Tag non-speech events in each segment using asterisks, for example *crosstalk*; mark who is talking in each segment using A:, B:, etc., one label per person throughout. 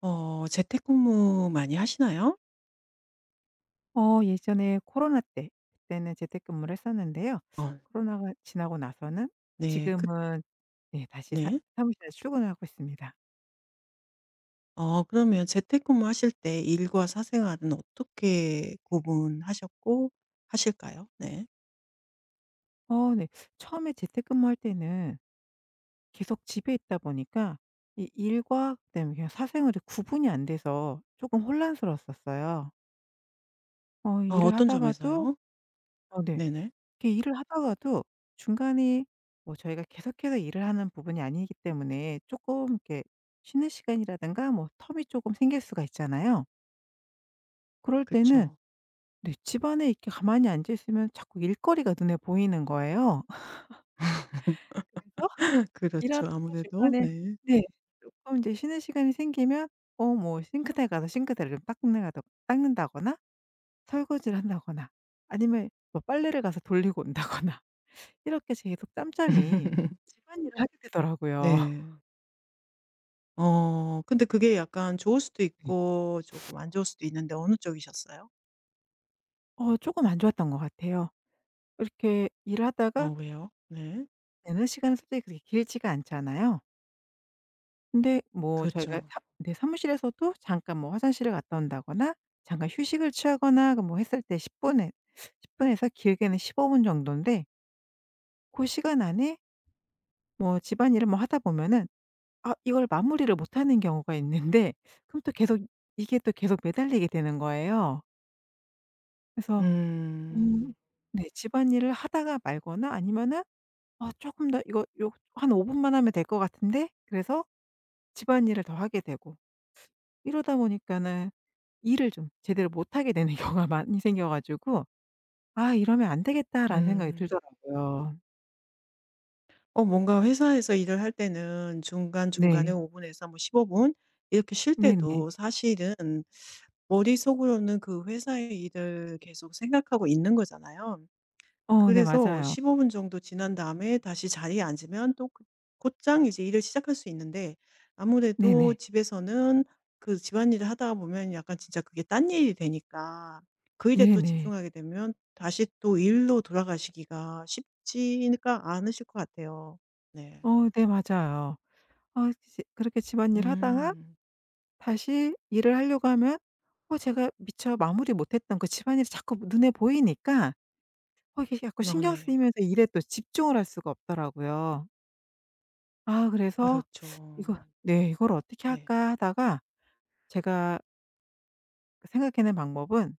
A: 어 재택근무 많이 하시나요?
B: 예전에 코로나 때 그때는 재택근무를 했었는데요.
A: 어
B: 코로나가 지나고 나서는
A: 네. 그
B: 지금은, 네, 다시 사
A: 네.
B: 사무실에 출근하고 있습니다.
A: 어 그러면 재택근무하실 때 일과 사생활은 어떻게 구분하셨고 하실까요? 네.
B: 네. 처음에 재택근무할 때는 계속 집에 있다 보니까 이 일과 그다음에 그냥 사생활이 구분이 안 돼서 조금 혼란스러웠었어요.
A: 어
B: 일을
A: 어떤
B: 하다가도
A: 점에서요?
B: 네.
A: 네네.
B: 이렇게 일을 하다가도 중간에 뭐 저희가 계속해서 일을 하는 부분이 아니기 때문에 조금 이렇게 쉬는 시간이라든가 뭐 텀이 조금 생길 수가 있잖아요. 그럴 때는,
A: 그쵸.
B: 네, 집안에 이렇게 가만히 앉아 있으면 자꾸 일거리가 눈에 보이는 거예요. *laughs* 그래서
A: *laughs* 그렇죠.
B: 일하다가
A: 아무래도.
B: 중간에,
A: 네.
B: 네, 조금 이제 쉬는 시간이 생기면 뭐 싱크대 가서 싱크대를 좀 닦는다거나, 설거지를 한다거나, 아니면 뭐 빨래를 가서 돌리고 온다거나 이렇게 계속 짬짬이
A: *laughs*
B: 집안일을 하게 되더라고요.
A: 네. 어 근데 그게 약간 좋을 수도
B: 네. *laughs*
A: 있고 조금 안 좋을 수도 있는데 어느 쪽이셨어요?
B: 쪼금 안 좋았던 것 같아요. 이렇게 일하다가
A: 어 왜요? 네.
B: 내는 시간은 솔직히 그렇게 길지가 않잖아요. 근데 뭐 저희가
A: 그렇죠.
B: 사 네 사무실에서도 잠깐 뭐 화장실을 갔다 온다거나 잠깐 휴식을 취하거나 그 뭐 했을 때 10 분에 10 분에서 길게는 15분 정도인데 고 시간 안에 뭐 집안일을 뭐 하다 보면은 아 이걸 마무리를 못 하는 경우가 있는데 그럼 또 계속 이게 또 계속 매달리게 되는 거예요. 그래서 음.
A: 음.
B: 네. 집안일을 하다가 말거나 아니면은 '아 쪼끔 더 이거 요 한 5 분만 하면 될 것 같은데.' 그래서 집안일을 더 하게 되고 이러다 보니까는 일을 좀 제대로 못하게 되는 *laughs* 경우가 많이 생겨 가지고 '아 이러면 안 되겠다.'라는 생각이
A: 음.
B: 들더라고요.
A: 어 뭔가 회사에서 일을 할 때는 중간중간에
B: 네.
A: 5분 분에서 뭐 15분 이렇게 쉴
B: 네네.
A: 때도 사실은 머릿속으로는 그 회사의 일을 계속 생각하고 있는 거잖아요.
B: 네
A: 그래서
B: 맞아요.
A: 15분 정도 지난 다음에 다시 자리에 앉으면 또 그 곧장 이제 일을 시작할 수 있는데 아무래도
B: 네네.
A: 집에서는 그 집안일을 하다 보면 약간 진짜 그게 딴 일이 되니까 그 일에 또
B: 네네.
A: 집중하게 되면 다시 또 일로 돌아가시기가 쉽지가 않으실 것 같아요. 네.
B: 네 맞아요. 아 이제 그렇게 집안일 하다가
A: 음.
B: 다시 일을 하려고 하면 제가 미처 마무리 못 했던 그 집안일이 자꾸 눈에 보이니까 이게 자꾸
A: 어
B: 신경
A: 네.
B: 쓰이면서 일에 또 집중을 할 수가 없더라고요. 아 그래서
A: 그렇죠.
B: 이거, 네, '이걸 어떻게
A: 네.
B: 할까?' 하다가 제가 생각해 낸 방법은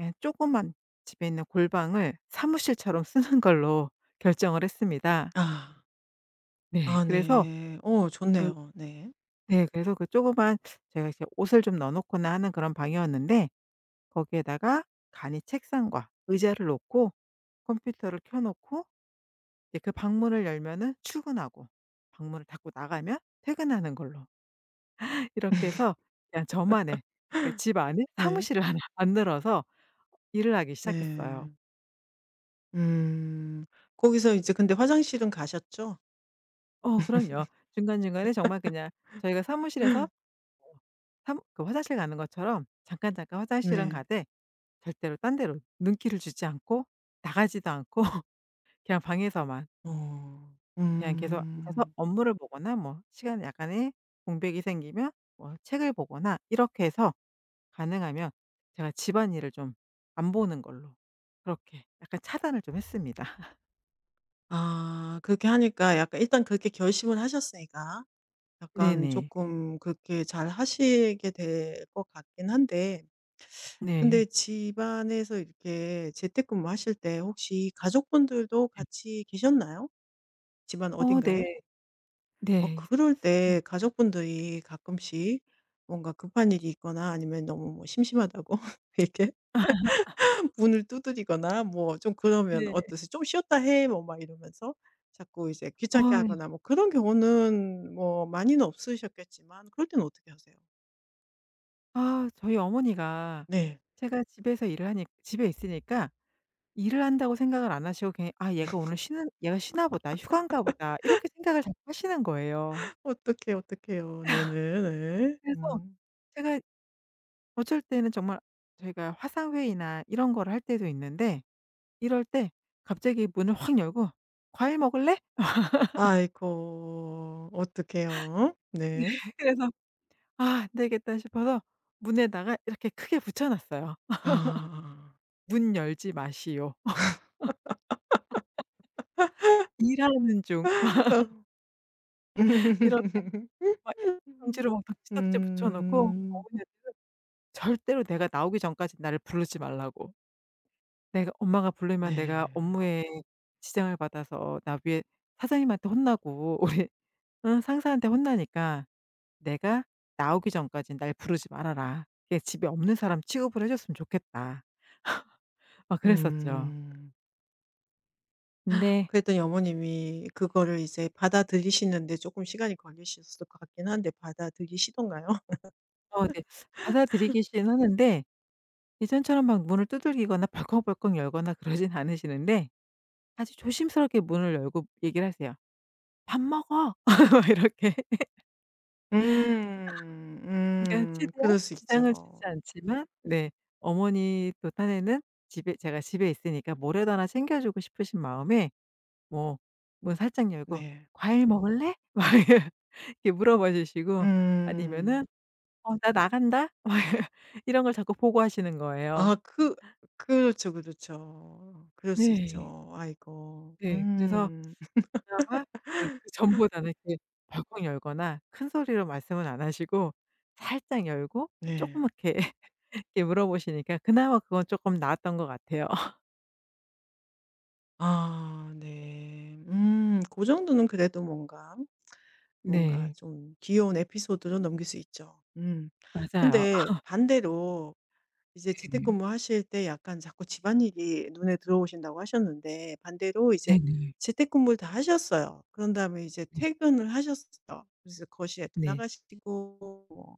B: 예그만 집에 있는 골방을 사무실처럼 쓰는 걸로 결정을 했습니다.
A: 아.
B: 네.
A: 아
B: 그래서
A: 네. 어
B: 그,
A: 좋네요. 네.
B: 네, 그래서 그 조그만 제가 이제 옷을 좀 넣어 놓거나 하는 그런 방이었는데 거기에다가 간이 책상과 의자를 놓고 컴퓨터를 켜 놓고 이제 그 방문을 열면은 출근하고 방문을 닫고 나가면 퇴근하는 걸로 *laughs* 이렇게
A: *laughs*
B: 해서 그냥 저만의 약간 집 안에
A: 네.
B: 사무실을 하나 *laughs* 만들어서 일을 하기 시작했어요.
A: 네. 음. 거기서 이제 근데 화장실은 가셨죠?
B: 어 그럼요. 중간중간에 정말 그냥 저희가 사무실에서 삼- 그 화장실 가는 것처럼 잠깐잠깐 화장실은
A: 네.
B: 가되 절대로 딴 데로 눈길을 주지 않고 나가지도 않고 *laughs* 그냥 방에서만
A: 어.
B: 그냥 계속 앉아서
A: 음.
B: 업무를 보거나 뭐 시간 약간의 공백이 생기면 뭐 책을 보거나 이렇게 해서 가능하면 제가 집안일을 좀 안 보는 걸로 그렇게 약간 차단을 좀 했습니다. *laughs*
A: 아 그렇게 하니까 약간 일단 그렇게 결심을 하셨으니까 약간
B: 네네.
A: 조금 그렇게 잘 하시게 될 것 같긴 한데 근데
B: 네.
A: 집안에서 이렇게 재택근무하실 때 혹시 가족분들도 같이 계셨나요? 집안
B: 어
A: 어딘가에?
B: 네.
A: 어
B: 네.
A: 그럴
B: 음.
A: 때 가족분들이 가끔씩 뭔가 급한 일이 있거나 아니면 너무 뭐 심심하다고 *laughs* 이렇게
B: 아, *laughs*
A: 문을 두드리거나 뭐 좀 그러면
B: 네.
A: 어떠세요? "좀 쉬었다 해." 뭐 막 이러면서 자꾸 이제
B: 어
A: 귀찮게
B: 네.
A: 하거나 뭐 그런 경우는 뭐 많이는 없으셨겠지만 그럴 때는 어떻게 하세요?
B: 아 저희 어머니가
A: 네.
B: 제가 집에서 일을 하니 집에 있으니까 일을 한다고 생각을 안 하시고 그냥 '아 얘가 오늘 쉬는 얘가 쉬나 보다. 휴가인가 보다.' 이렇게 생각을 자꾸 하시는 거예요.
A: *laughs* 어떻게 어떻해요. 네네. 네.
B: 그래서
A: 음.
B: 제가 어쩔 때는 정말 저희가 화상회의나 이런 거를 할 때도 있는데 이럴 때 갑자기 문을 확 열고 "과일 먹을래?"
A: 아이고, 어떡해요. 네.
B: *laughs* 그래서 '아 안 되겠다.' 싶어서 문에다가 이렇게 크게 붙여 놨어요.
A: 아.
B: "문 열지 마시오. *laughs* 일하는 중."
A: *laughs* 어.
B: 이렇게
A: *laughs*
B: 막일로막 덕지덕지 붙여 놓고 어
A: 음.
B: 머니 절대로 내가 나오기 전까지 나를 부르지 말라고. 내가 엄마가 부르면 내가
A: 네.
B: 업무에 지장을 받아서 나 위에 사장님한테 혼나고 우리 응 상사한테 혼나니까 '내가 나오기 전까진 날 부르지 말아라. 그냥 집에 없는 사람 취급을 해 줬으면 좋겠다.' 막 그랬었죠.
A: 음.
B: 근데
A: 그랬더니 어머님이 그거를 이제 받아들이시는데 조금 시간이 걸리셨을 것 같긴 한데 받아들이시던가요?
B: 네 받아들이기시는 하는데 예전처럼 막 문을 두들기거나 벌컥벌컥 열거나 그러진 않으시는데 아주 조심스럽게 문을 열고 얘기를 하세요. "밥 먹어." *laughs* 막 이렇게.
A: *laughs*
B: 그러니까
A: 음.
B: 최대한
A: 그럴 수
B: 지장을
A: 있죠.
B: 주지 않지만, 네, 어머니 또 딴에는 집에 제가 집에 있으니까 뭐라도 하나 챙겨 주고 싶으신 마음에 뭐 문 살짝 열고
A: 네.
B: "과일 먹을래?" 막 *laughs* 이렇게 물어봐 주시고
A: 음.
B: 아니면은 "어 나 나간다." *laughs* 막 이런 걸 자꾸 보고하시는 거예요.
A: 아 그 그렇죠, 그렇죠. 그럴 수
B: 네.
A: 있죠. 아이고.
B: 네. 그래서
A: 음.
B: 그나마 그래도 그 전보다는 이렇게 벌컥 열거나 큰 소리로 말씀은 안 하시고 살짝 열고
A: 네.
B: 조그맣게 *laughs* 이렇게 물어보시니까 그나마 그건 조금 나았던 것 같아요. *laughs*
A: 아 네. 고 정도는 그래도 뭔가, 뭔가
B: 네.
A: 좀 귀여운 에피소드로 넘길 수 있죠. 음.
B: 맞아요.
A: 근데 반대로 이제
B: 네.
A: 재택근무 하실 때 약간 자꾸 집안일이 눈에 들어오신다고 하셨는데 반대로 이제
B: 네네.
A: 재택근무를 다 하셨어요. 그런 다음에 이제
B: 네.
A: 퇴근을 하셨어요. 그래서 거실에도
B: 네.
A: 나가시고 뭐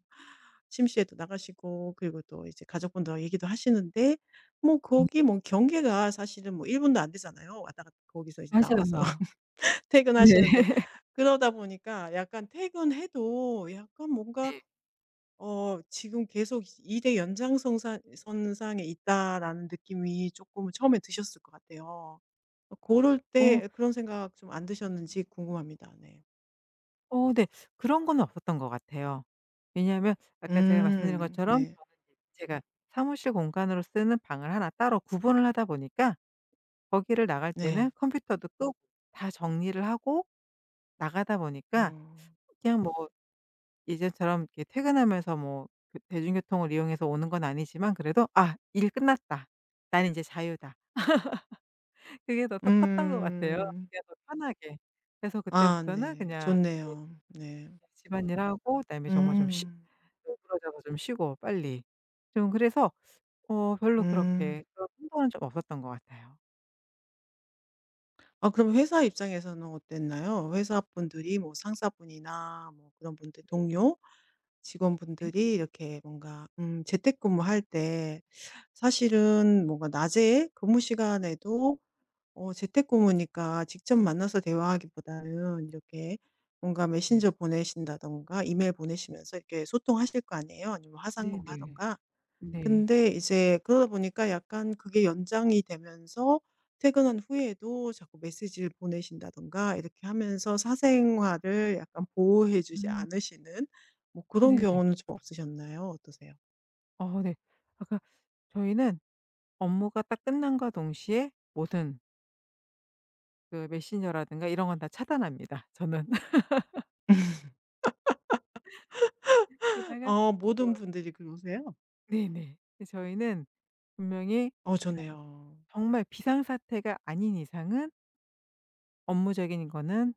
A: 침실에도 나가시고 그리고 또 이제 가족분들하고 얘기도 하시는데 뭐 거기 뭐 경계가 사실은 뭐 1분 분도 안 되잖아요. 왔다 갔다 거기서 이제 나와서
B: 맞아요.
A: *laughs*
B: 네.
A: 퇴근하시는데
B: *laughs*
A: 그러다 보니까 약간 퇴근해도 약간 뭔가
B: 네.
A: 어 지금 계속 2대 연장선상 에 있다라는 느낌이 조금 처음에 드셨을 것 같아요. 그 고럴
B: 어
A: 때 그런 생각 좀 안 드셨는지 궁금합니다. 네.
B: 네. 그런 거는 없었던 것 같아요. 왜냐하면 아까 제가 말씀드린
A: 음.
B: 것처럼
A: 네.
B: 저는 이제 제가 사무실 공간으로 쓰는 방을 하나 따로 구분을 하다 보니까 거기를 나갈 때는
A: 네.
B: 컴퓨터도 끄고 다 정리를 하고 나가다 보니까
A: 어.
B: 그냥 뭐 예전처럼 이렇게 퇴근하면서 뭐 그 대중교통을 이용해서 오는 건 아니지만 그래도 '아 일 끝났다. 나는 이제 자유다.' 그게 더 더 컸던 것 같아요,
A: 음.
B: 그냥 더 편하게. 그래서
A: 아
B: 그때부터는
A: 네.
B: 그냥 이제
A: 좋네요. 네.
B: 집안일하고 그다음에 정말 좀쉬
A: 음.
B: 네, 그러다가 좀 쉬고 빨리. 좀 그래서 별로
A: 음.
B: 그렇게 그런 행동은 좀 없었던 것 같아요.
A: 아 그럼 회사 입장에서는 어땠나요? 회사분들이 뭐 상사분이나 뭐 그런 분들,
B: 네.
A: 동료?
B: 네.
A: 직원분들이 이렇게 뭔가 재택근무할 때 사실은 뭔가 낮에 근무 시간에도 어 재택근무니까 직접 만나서 대화하기보다는 이렇게 뭔가
B: 네.
A: 메신저 보내신다든가 이메일 보내시면서 이렇게 소통하실 거 아니에요? 아니면 화상으로
B: 네네.
A: 하든가.
B: 네.
A: 근데 이제 그러다 보니까 약간 그게 연장이 되면서 퇴근한 후에도 자꾸 메시지를 보내신다든가 이렇게 하면서 사생활을 약간 보호해 주지
B: 음.
A: 않으시는 뭐 그런
B: 네네.
A: 경우는 좀 없으셨나요? 어떠세요?
B: 네. 아까 저희는 업무가 딱 끝남과 동시에 모든 그 메신저라든가 이런 건 다 차단합니다, 저는. *laughs*
A: *laughs*
B: 게다가
A: 어
B: 뭐
A: 모든 분들이 그러세요?
B: 네네. 그 저희는 분명히
A: 어 좋네요.
B: 정말 비상사태가 아닌 이상은 업무적인 거는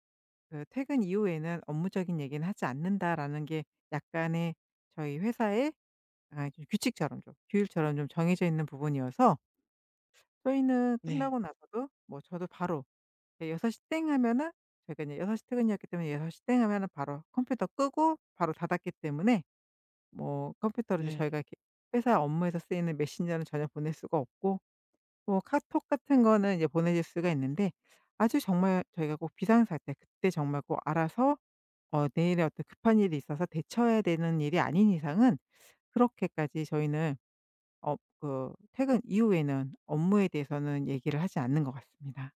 B: 그 퇴근 이후에는 업무적인 얘기는 하지 않는다라는 게 약간의 저희 회사의 약간 좀 규칙처럼 좀 규율처럼 좀 정해져 있는 부분이어서 저희는
A: 네.
B: 끝나고 나서도 뭐 저도 바로 여6시 땡 하면은 저희가 이제 6시 퇴근이었기 때문에 6시 땡 하면은 바로 컴퓨터 끄고 바로 닫았기 때문에 뭐 컴퓨터를 이제
A: 네.
B: 저희가 이렇게 회사 업무에서 쓰이는 메신저는 전혀 보낼 수가 없고 뭐 카톡 같은 거는 이제 보내질 수가 있는데 아주 정말 저희가 꼭 비상사태 그때 정말 꼭 알아서 내일에 어떤 급한 일이 있어서 대처해야 되는 일이 아닌 이상은 그렇게까지 저희는 그 퇴근 이후에는 업무에 대해서는 얘기를 하지 않는 것 같습니다.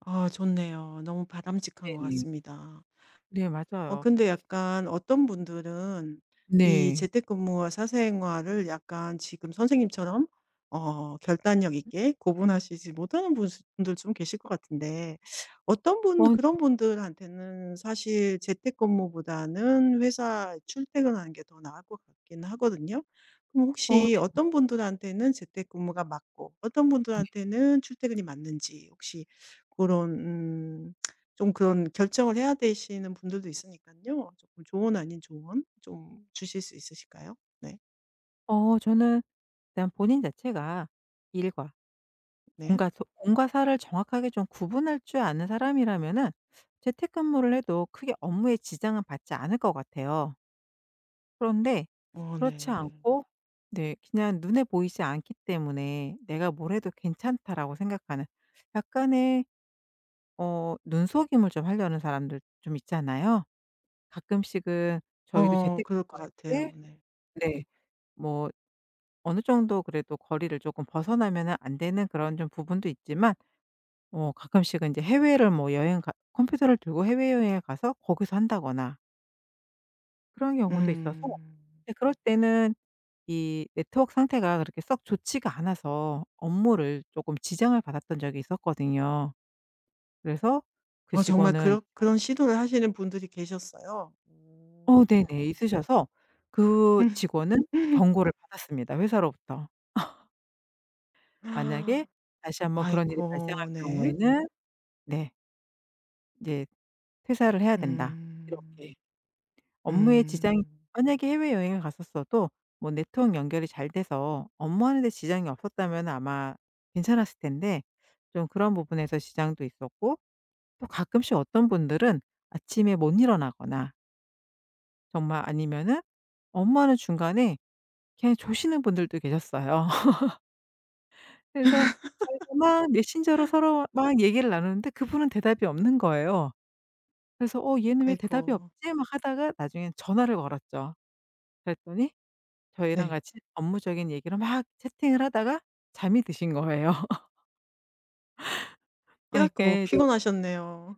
A: 아 좋네요. 너무 바람직한 것
B: 네네.
A: 같습니다.
B: 네
A: 어
B: 맞아요.
A: 근데 약간 어떤 분들은 이
B: 네.
A: 재택근무와 사생활을 약간 지금 선생님처럼 어 결단력 있게 구분하시지 못하는 분 분들 좀 계실 것 같은데 어떤 분 그런
B: 어
A: 분들한테는 사실 재택근무보다는 회사 출퇴근하는 게 더 나을 것 같긴 하거든요. 그럼
B: 어
A: 혹시
B: 네.
A: 어떤 분들한테는 재택근무가 맞고 어떤 분들한테는 출퇴근이 맞는지 혹시 그런 좀 그런 결정을 해야 되시는 분들도 있으니깐요. 조금 조언 아닌 조언 좀 주실 수 있으실까요? 네.
B: 저는 일단 본인 자체가 일과
A: 네.
B: 공과 사를 정확하게 좀 구분할 줄 아는 사람이라면은 재택근무를 해도 크게 업무에 지장은 받지 않을 것 같아요. 그런데
A: 어
B: 그렇지, 네,
A: 네.
B: 않고 네 그냥 눈에 보이지 않기 때문에 '내가 뭘 해도 괜찮다.'라고 생각하는 약간의 눈속임을 좀 하려는 사람들 좀 있잖아요. 가끔씩은 저희도
A: 어 그럴 것
B: 재택근무할 때,
A: 같아요. 네.
B: 네, 뭐 어느 정도 그래도 거리를 조금 벗어나면은 안 되는 그런 좀 부분도 있지만 가끔씩은 이제 해외를 뭐 여행 가 컴퓨터를 들고 해외여행을 가서 거기서 한다거나 그런 경우도 있어서,
A: 음.
B: 네, 그럴 때는 이 네트워크 상태가 그렇게 썩 좋지가 않아서 업무를 쪼끔 지장을 받았던 적이 있었거든요. 그래서 그
A: 어 정말 그
B: 직원은
A: 런 그런 시도를 하시는 분들이 계셨어요? 음.
B: 네네. 있으셔서 그 직원은
A: *laughs*
B: 경고를 받았습니다 회사로부터. 만약에 다시 한번 그런 일이 발생할
A: 아이고. 네.
B: 경우에는 네. 이제 퇴사를 해야 된다.
A: 음.
B: 이렇게. 업무에 지장이
A: 음.
B: 만약에 해외여행을 갔었어도 뭐 네트워크 연결이 잘 돼서 업무하는 데 지장이 없었다면 아마 괜찮았을 텐데 좀 그런 부분에서 지장도 있었고 또 가끔씩 어떤 분들은 아침에 못 일어나거나 정말 아니면은 업무하는 중간에 그냥 조시는 분들도 계셨어요. *laughs* 그래서 저희가 막 메신저로 서로 막 얘기를 나누는데 그분은 대답이 없는 거예요. 그래서 '어 얘는 왜
A: 아이고.
B: 대답이 없지?' 막 하다가 나중엔 전화를 걸었죠. 그랬더니 저희랑
A: 네.
B: 같이 업무적인 얘기로 막 채팅을 하다가 잠이 드신 거예요. *laughs*
A: 아이고,
B: 이렇게 좀
A: 피곤하셨네요.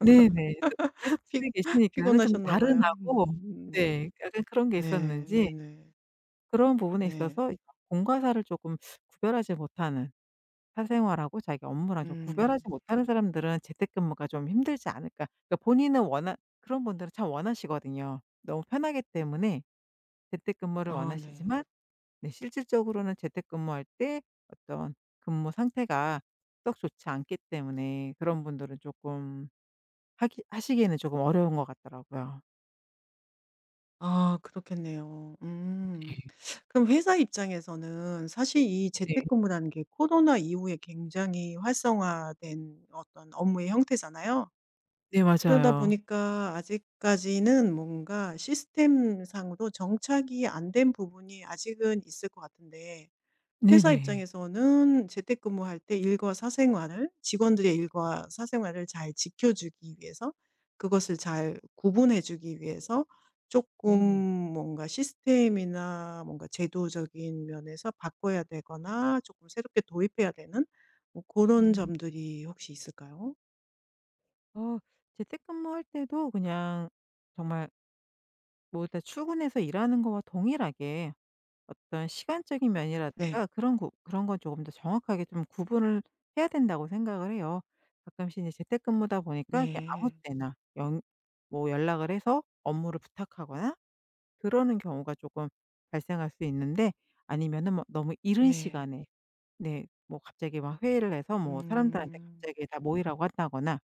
B: 네네. 또
A: *laughs*
B: 계속
A: 피
B: 집에 계시니까는 좀
A: 피곤하셨나 봐요.
B: 나른하고,
A: 음.
B: 네, 약간 그런 게
A: 네.
B: 있었는지
A: 네네. 네.
B: 그런 부분에
A: 네.
B: 있어서 공과사를 조금 구별하지 못하는 사생활하고 자기 업무랑 좀 구별하지
A: 음.
B: 못하는 사람들은 재택근무가 좀 힘들지 않을까. 그러니까 본인은 원하 그런 분들은 참 원하시거든요. 너무 편하기 때문에 재택근무를
A: 아 네.
B: 원하시지만, 네, 실질적으로는 재택근무할 때 어떤 근무 상태가 썩 좋지 않기 때문에 그런 분들은 조금 하기 하시기에는 조금 어려운 것 같더라고요.
A: 아 그렇겠네요. 음.
B: 네.
A: 그럼 회사 입장에서는 사실 이
B: 네.
A: 재택근무라는 게 코로나 이후에 굉장히 활성화된 어떤 업무의 형태잖아요.
B: 네
A: 그러다
B: 맞아요.
A: 보니까 아직까지는 뭔가 시스템상으로 정착이 안 된 부분이 아직은 있을 것 같은데 회사
B: 네네.
A: 입장에서는 재택근무할 때 일과 사생활을 직원들의 일과 사생활을 잘 지켜주기 위해서 그것을 잘 구분해 주기 위해서 조금
B: 네네.
A: 뭔가 시스템이나 뭔가 제도적인 면에서 바꿔야 되거나 조금 새롭게 도입해야 되는 뭐런
B: 음.
A: 점들이 혹시 있을까요?
B: 어 재택근무할 때도 그냥 정말 뭐 일단 출근해서 일하는 거와 동일하게 어떤 시간적인
A: 네.
B: 면이라든가 그런 구 그런 건 조금 더 정확하게 좀 구분을 해야 된다고 생각을 해요. 가끔씩 이제 재택근무다 보니까 이게 아무
A: 네.
B: 때나 연 뭐 연락을 해서 업무를 부탁하거나 그러는 경우가 조금 발생할 수 있는데 아니면은 뭐 너무 이른
A: 네.
B: 시간에, 네, 뭐 갑자기 막 회의를 해서 뭐 사람들한테
A: 음.
B: 갑자기 다 모이라고 한다거나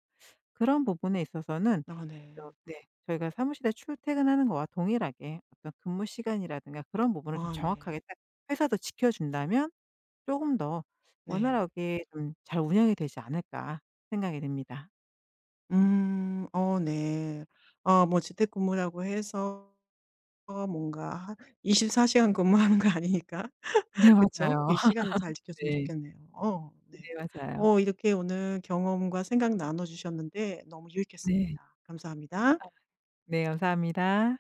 B: 그런 부분에 있어서는
A: 아
B: 어
A: 네.
B: 네. 저희가 사무실에 출퇴근하는 거와 동일하게 어떤 근무 시간이라든가 그런 부분을 좀
A: 아 네.
B: 정확하게 딱 회사도 지켜준다면 조금 더
A: 네.
B: 원활하게 좀 잘 운영이 되지 않을까 생각이 듭니다.
A: 음. 어 네. 어 뭐 재택근무라고 해서 뭔가 하 24시간 시간 근무하는 거 아니니까
B: 네
A: *laughs* 그쵸?
B: 맞아요.
A: 이 시간을 잘
B: *laughs*
A: 지켜주면
B: 네.
A: 좋겠네요. 어
B: 네
A: 네.
B: 맞아요.
A: 어 이렇게 오늘 경험과 생각 나눠 주셨는데 너무
B: 네.
A: 유익했습니다. 감사합니다.
B: 네 감사합니다.